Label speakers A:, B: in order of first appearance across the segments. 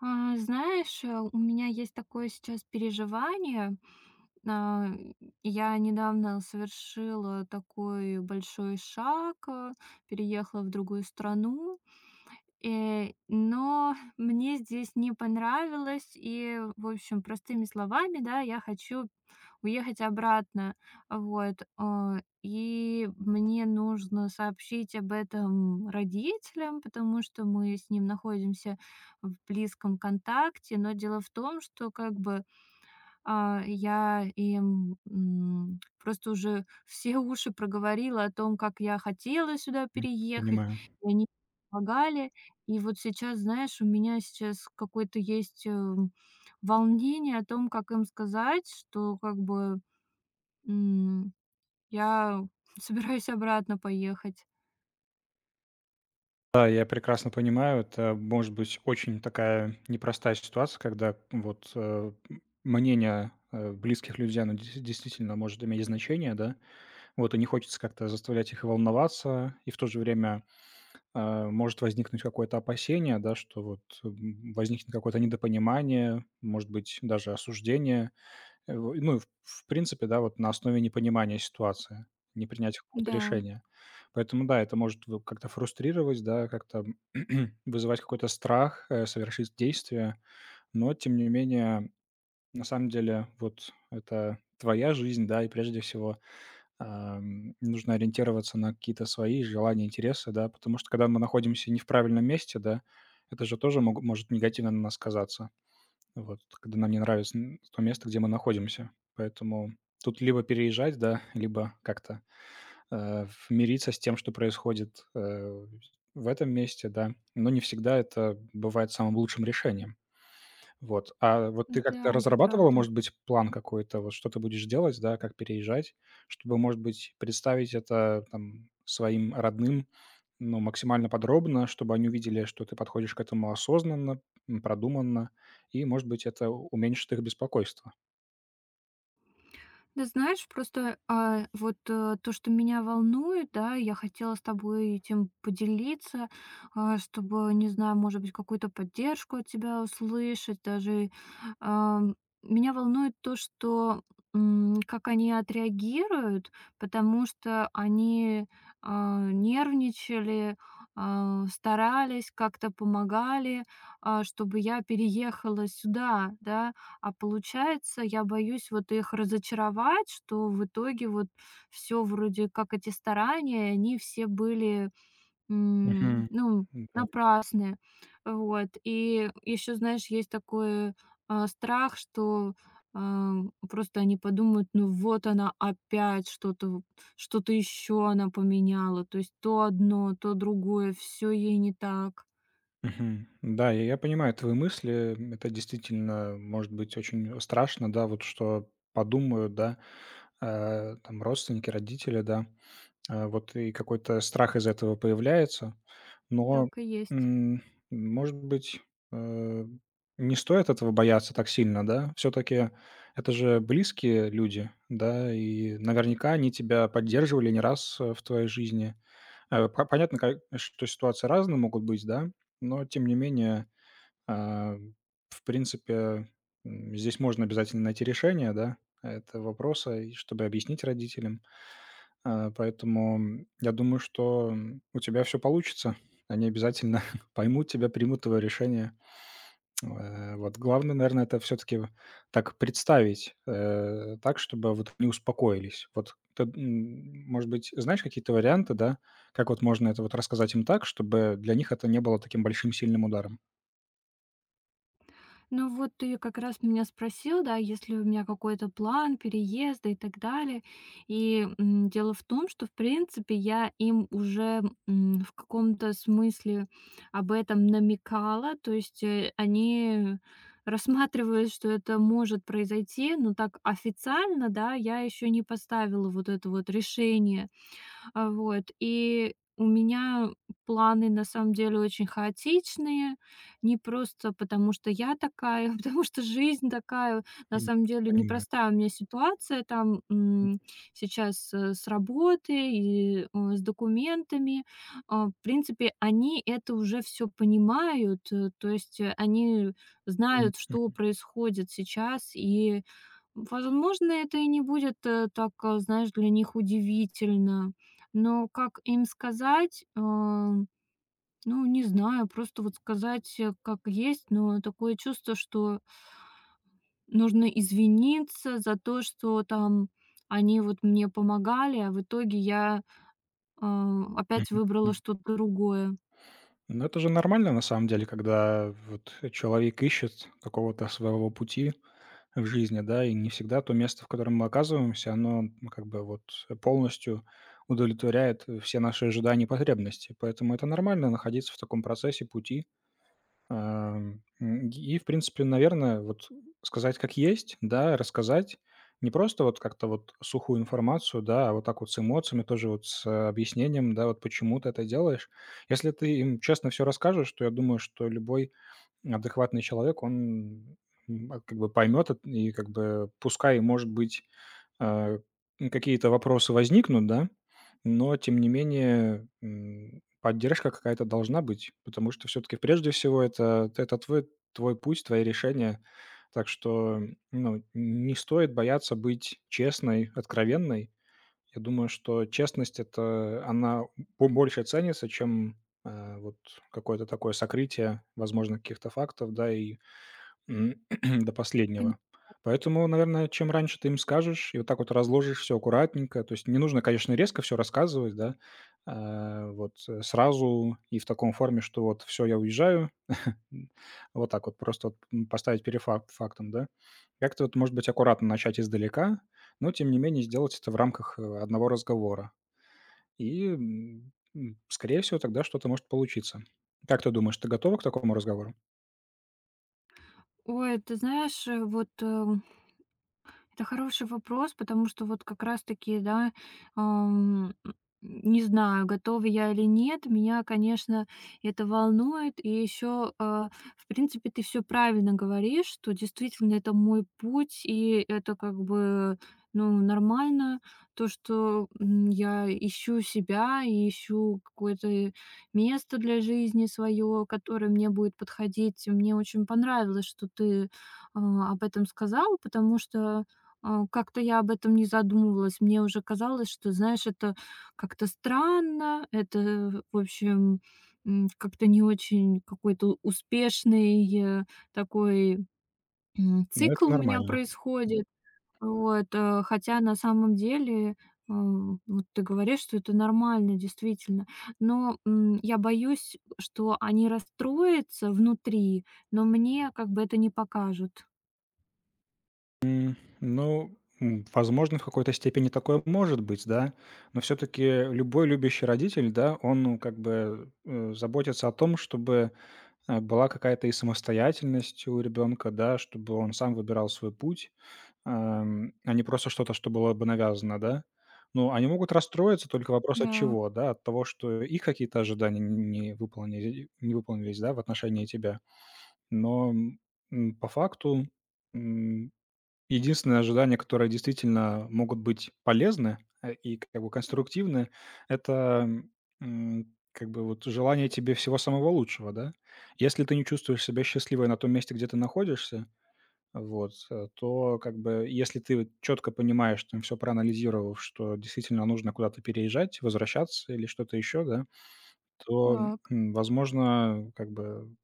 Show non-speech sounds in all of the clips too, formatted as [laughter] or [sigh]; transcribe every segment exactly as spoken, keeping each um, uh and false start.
A: А, знаешь, э, у меня есть такое сейчас переживание. А, я недавно совершила такой большой шаг, э, переехала в другую страну. Э, но мне здесь не понравилось, и, в общем, простыми словами, да, я хочу уехать обратно. Вот. А, и мне нужно сообщить об этом родителям, потому что мы с ним находимся в близком контакте. Но дело в том, что, как бы, а, я им, м, просто уже все [laughs] уши проговорила о том, как я хотела сюда
B: М,
A: переехать,
B: Понимаю.
A: и они помогали. И вот сейчас, знаешь, у меня сейчас какое-то есть, э, волнение о том, как им сказать, что, как бы, м, я [laughs] собираюсь обратно поехать.
B: Да, я прекрасно понимаю, это может быть очень такая непростая ситуация, когда вот э, м, мнение э, близких людей, оно дес- действительно может иметь значение, да, вот и не хочется как-то заставлять их волноваться, и в то же время э, может возникнуть какое-то опасение, да, что вот м, возникнет какое-то недопонимание, может быть, даже осуждение. Э, в ну, и в в принципе, да, вот на основе непонимания ситуации, непринятия какого-то
A: Да,
B: решения. Поэтому да, это может в как-то фрустрировать, да, как-то [clears throat] вызывать какой-то страх, э, совершить действие. Но тем не менее, на самом деле, вот это твоя жизнь, да, и прежде всего, ам, нужно ориентироваться на какие-то свои желания, интересы, да. Потому что когда мы находимся не в правильном месте, да, это же тоже мог может негативно на нас сказаться. Вот, когда нам не нравится н то место, где мы находимся. Поэтому тут либо переезжать, да, либо как-то, э, ф мириться с тем, что происходит, э, в этом месте, да. Но не всегда это бывает самым лучшим решением. Вот. А вот ты
A: да,
B: как-то
A: это
B: разрабатывала,
A: правда.
B: может быть, план какой-то, вот что ты будешь делать, да, как переезжать, чтобы, может быть, представить это там своим родным, ну, максимально подробно, чтобы они увидели, что ты подходишь к этому осознанно, м, продуманно, и, может быть, это уменьшит их беспокойство.
A: Да знаешь, просто, а, вот, э, то, что меня волнует, да, я хотела с тобой этим поделиться, а, чтобы, не знаю, может быть, какую-то поддержку от тебя услышать даже. Ам, Меня волнует то, что, м, как они отреагируют, потому что они, а, нервничали, а, старались, как-то помогали, а, чтобы я переехала сюда, да. А получается, я боюсь вот их разочаровать, что в итоге вот все вроде как эти старания, они все были, м,
B: Мгм.
A: ну,
B: Да.
A: напрасные. Вот. И еще, знаешь, есть такой, а, страх, что, ам, просто они подумают: "Ну вот она опять что-то что-то еще она поменяла". То есть то одно, то другое, все ей не так.
B: Мгм. Да, я я понимаю твои мысли. Это действительно может быть очень страшно, да, вот что подумают, да, э, там родственники, родители, да. А, вот и какой-то страх из этого появляется. Но,
A: Так и есть.
B: м, Может быть, э, не стоит этого бояться так сильно, да? Все таки это же близкие люди, да, и наверняка они тебя поддерживали не раз, э, в твоей жизни. Э, по Понятно, ка что ситуации разные могут быть, да, но тем не менее, а, в принципе, м, здесь можно обязательно найти решение, да, этого вопроса, и чтобы объяснить родителям. А, поэтому, я думаю, что у тебя все получится. Они обязательно [laughs] поймут тебя, примут твое решение. Э, вот главное, наверное, это все таки так представить, э, так, чтобы вот не успокоились. Вот ты, м, может быть, знаешь какие-то варианты, да, как вот можно это вот рассказать им так, чтобы для них это не было таким большим сильным ударом?
A: Ну вот ты как раз меня спросил, да, есть ли у меня какой-то план переезда и так далее. И м, дело в том, что, в принципе, я им уже, м, в каком-то смысле, об этом намекала. То есть э, они рассматривают, что это может произойти, но так официально, да, я еще не поставила вот это вот решение, а, вот. И у меня планы на самом деле очень хаотичные. Не просто потому, что я такая, [laughs] потому что жизнь такая. На
B: М,
A: самом деле
B: Понимаю.
A: непростая у меня ситуация там, м, сейчас, э, с работой и э, с документами. А, В принципе, они это уже все понимают, э, то есть э, они
B: Мгм,
A: знают, что происходит сейчас, и возможно, это и не будет, э, так, э, знаешь, для них удивительно. Но как им сказать? Э, ну, не знаю, просто вот сказать, э, как есть, но такое чувство, что нужно извиниться за то, что там они вот мне помогали, а в итоге я, э, опять выбрала
B: мгм.
A: что-то другое.
B: Ну, это же нормально, на самом деле, когда вот человек ищет какого-то своего пути в жизни, да, и не всегда то место, в котором мы оказываемся, оно ну, как бы вот полностью удовлетворяет э, все наши ожидания и потребности. Поэтому это нормально находиться в таком процессе пути. Ам, м, и, в принципе, наверное, вот сказать как есть, да, рассказать. Не просто вот как-то вот сухую информацию, да, а вот так вот с эмоциями, тоже вот с э, объяснением, да, вот почему ты это делаешь. Если ты им честно все расскажешь, то я думаю, что любой адекватный человек, он, м, а, как бы поймет и как бы пускай, может быть, а, м, какие-то вопросы возникнут, да, но тем не менее, м, поддержка какая-то должна быть, потому что все таки прежде всего это это твой твой путь, твои решения. Так что, ну, не стоит бояться быть честной, откровенной. Я думаю, что честность — это она бо больше ценится, чем, э, вот какое-то такое сокрытие, возможно, каких-то фактов, да, и М, [clears throat] до
A: Пони
B: последнего. Поэтому, наверное, чем раньше ты им скажешь и вот так вот разложишь все аккуратненько, то есть не нужно, конечно, резко все рассказывать, да, а, вот, э, сразу и в таком форме, что вот все я уезжаю, м, вот так вот просто вот, м, поставить перефак фактом, да. Как-то вот, может быть, аккуратно начать издалека, но тем не менее сделать это в рамках э, одного разговора. И, м, м, скорее всего, тогда что-то может получиться. Как ты думаешь, ты готова к такому разговору?
A: Ой, ты знаешь, э, вот, э, это хороший вопрос, потому что вот как раз-таки, да, ам, не знаю, готова я или нет, меня, конечно, это волнует. И еще, а, в принципе, ты все правильно говоришь, что действительно это мой путь, и это, как бы, ну, нормально, то, что м, я ищу себя и ищу какое-то место для жизни свое, которое мне будет подходить. Мне очень понравилось, что ты, а, об этом сказал, потому что, а, как-то я об этом не задумывалась. Мне уже казалось, что, знаешь, это как-то странно, это, в общем, м, как-то не очень какой-то успешный, э, такой, м,
B: Ну,
A: цикл
B: это
A: у меня
B: нормально.
A: происходит. Вот, э, хотя на самом деле, э, вот ты говоришь, что это нормально, действительно. Но, м, я боюсь, что они расстроятся внутри, но мне как бы это не покажут.
B: М, ну, м, возможно, в какой-то степени такое может быть, да. Но все-таки любой любящий родитель, да, он, ну, как бы э, заботится о том, чтобы э, была какая-то и самостоятельность у ребенка, да, чтобы он сам выбирал свой путь, ам, а не просто что-то, что было бы навязано, да. Ну, они могут расстроиться, только вопрос от
A: Да.
B: чего, да, от того, что их какие-то ожидания не выполнили, не выполнились, да, в отношении тебя. Но м, по факту единственное ожидание, которые действительно могут быть полезны, э, и как бы конструктивны — это, м, как бы вот желание тебе всего самого лучшего, да. Если ты не чувствуешь себя счастливой на том месте, где ты находишься, вот, э, то как бы если ты вот четко понимаешь, там все проанализировав, что действительно нужно куда-то переезжать, возвращаться или что-то еще, да, то,
A: Так.
B: м, возможно, как бы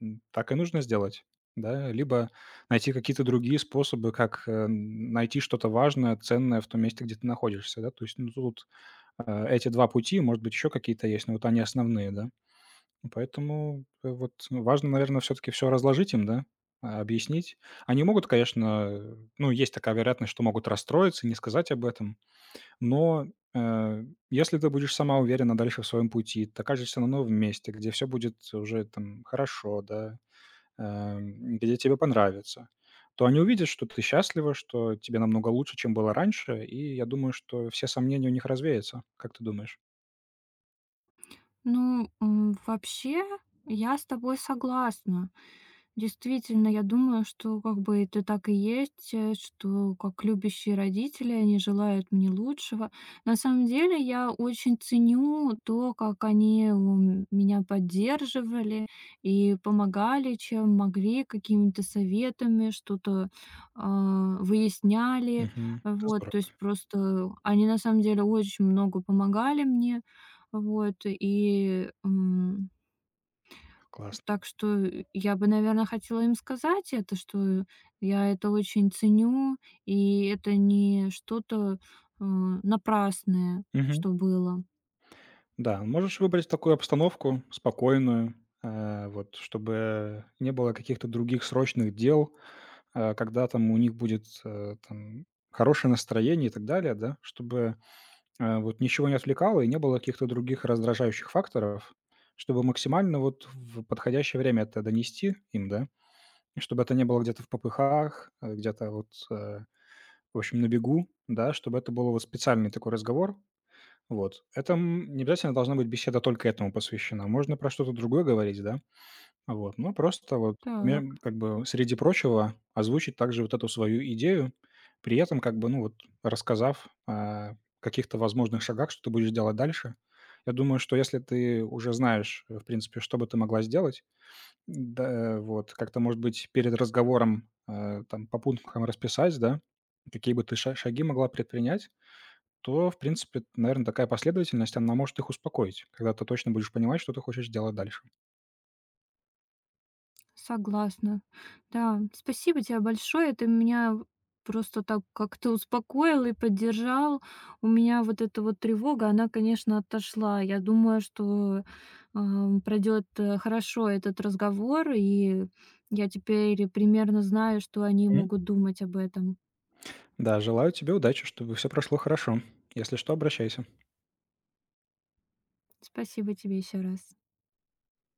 B: М, так и нужно сделать, да. Либо найти какие-то другие способы, как, э, найти что-то важное, ценное в том месте, где ты находишься, да. То есть, ну, тут, э, эти два пути, может быть, еще какие-то есть, но вот они основные, да. Поэтому, э, вот важно, наверное, все-таки все разложить им, да, а, объяснить. Они могут, конечно, э, ну, есть такая вероятность, что могут расстроиться, не сказать об этом, но, э, если ты будешь сама уверена дальше в своем пути, ты окажешься на новом месте, где все будет уже там хорошо, да, эм, где тебе понравится, то они увидят, что ты счастлива, что тебе намного лучше, чем было раньше, и я думаю, что все сомнения у них развеются. Как ты думаешь?
A: Ну, м, вообще, я с тобой согласна. Действительно, я думаю, что как бы это так и есть, э, что как любящие родители, они желают мне лучшего. На самом деле я очень ценю то, как они, м, меня поддерживали и помогали, чем могли, какими-то советами, что-то, а, выясняли.
B: Мгм. Это
A: Вот,
B: здорово.
A: то есть просто они на самом деле очень много помогали мне. Вот, и м,
B: Классно.
A: Так что, э, я бы, наверное, хотела им сказать это, что я это очень ценю, и это не что-то, э, напрасное,
B: Мгм.
A: что было.
B: Да, можешь выбрать такую обстановку спокойную, э, вот, чтобы не было каких-то других срочных дел, э, когда там у них будет э, там, хорошее настроение и так далее, да, чтобы Э, вот ничего не отвлекало и не было каких-то других раздражающих факторов, чтобы максимально вот в подходящее время это донести им, да, и чтобы это не было где-то в попыхах, э, где-то вот, э, в общем, на бегу, да, чтобы это был вот специальный такой разговор. Вот. Это м, не обязательно должна быть беседа только этому посвящена. Можно про что-то другое говорить, да. Вот, ну, просто вот ме
A: Так.
B: как бы, среди прочего, озвучить также вот эту свою идею, при этом как бы, ну, вот рассказав о каких-то возможных шагах, что ты будешь делать дальше. Я думаю, что если ты уже знаешь, э, в принципе, что бы ты могла сделать, да, э, вот как-то, может быть, перед разговором, э, там по пунктам расписать, да, какие бы ты ша шаги могла предпринять, то, в принципе, наверное, такая последовательность, она может их успокоить, когда ты точно будешь понимать, что ты хочешь делать дальше.
A: Согласна. Да, спасибо тебе большое. Ты меня просто так как-то успокоил и поддержал. У меня вот эта вот тревога, она, конечно, отошла. Я думаю, что пройдет, э, хорошо этот разговор, и я теперь примерно знаю, что они могут думать об этом.
B: Да, желаю тебе удачи, чтобы все прошло хорошо. Если что, обращайся.
A: Спасибо тебе еще раз.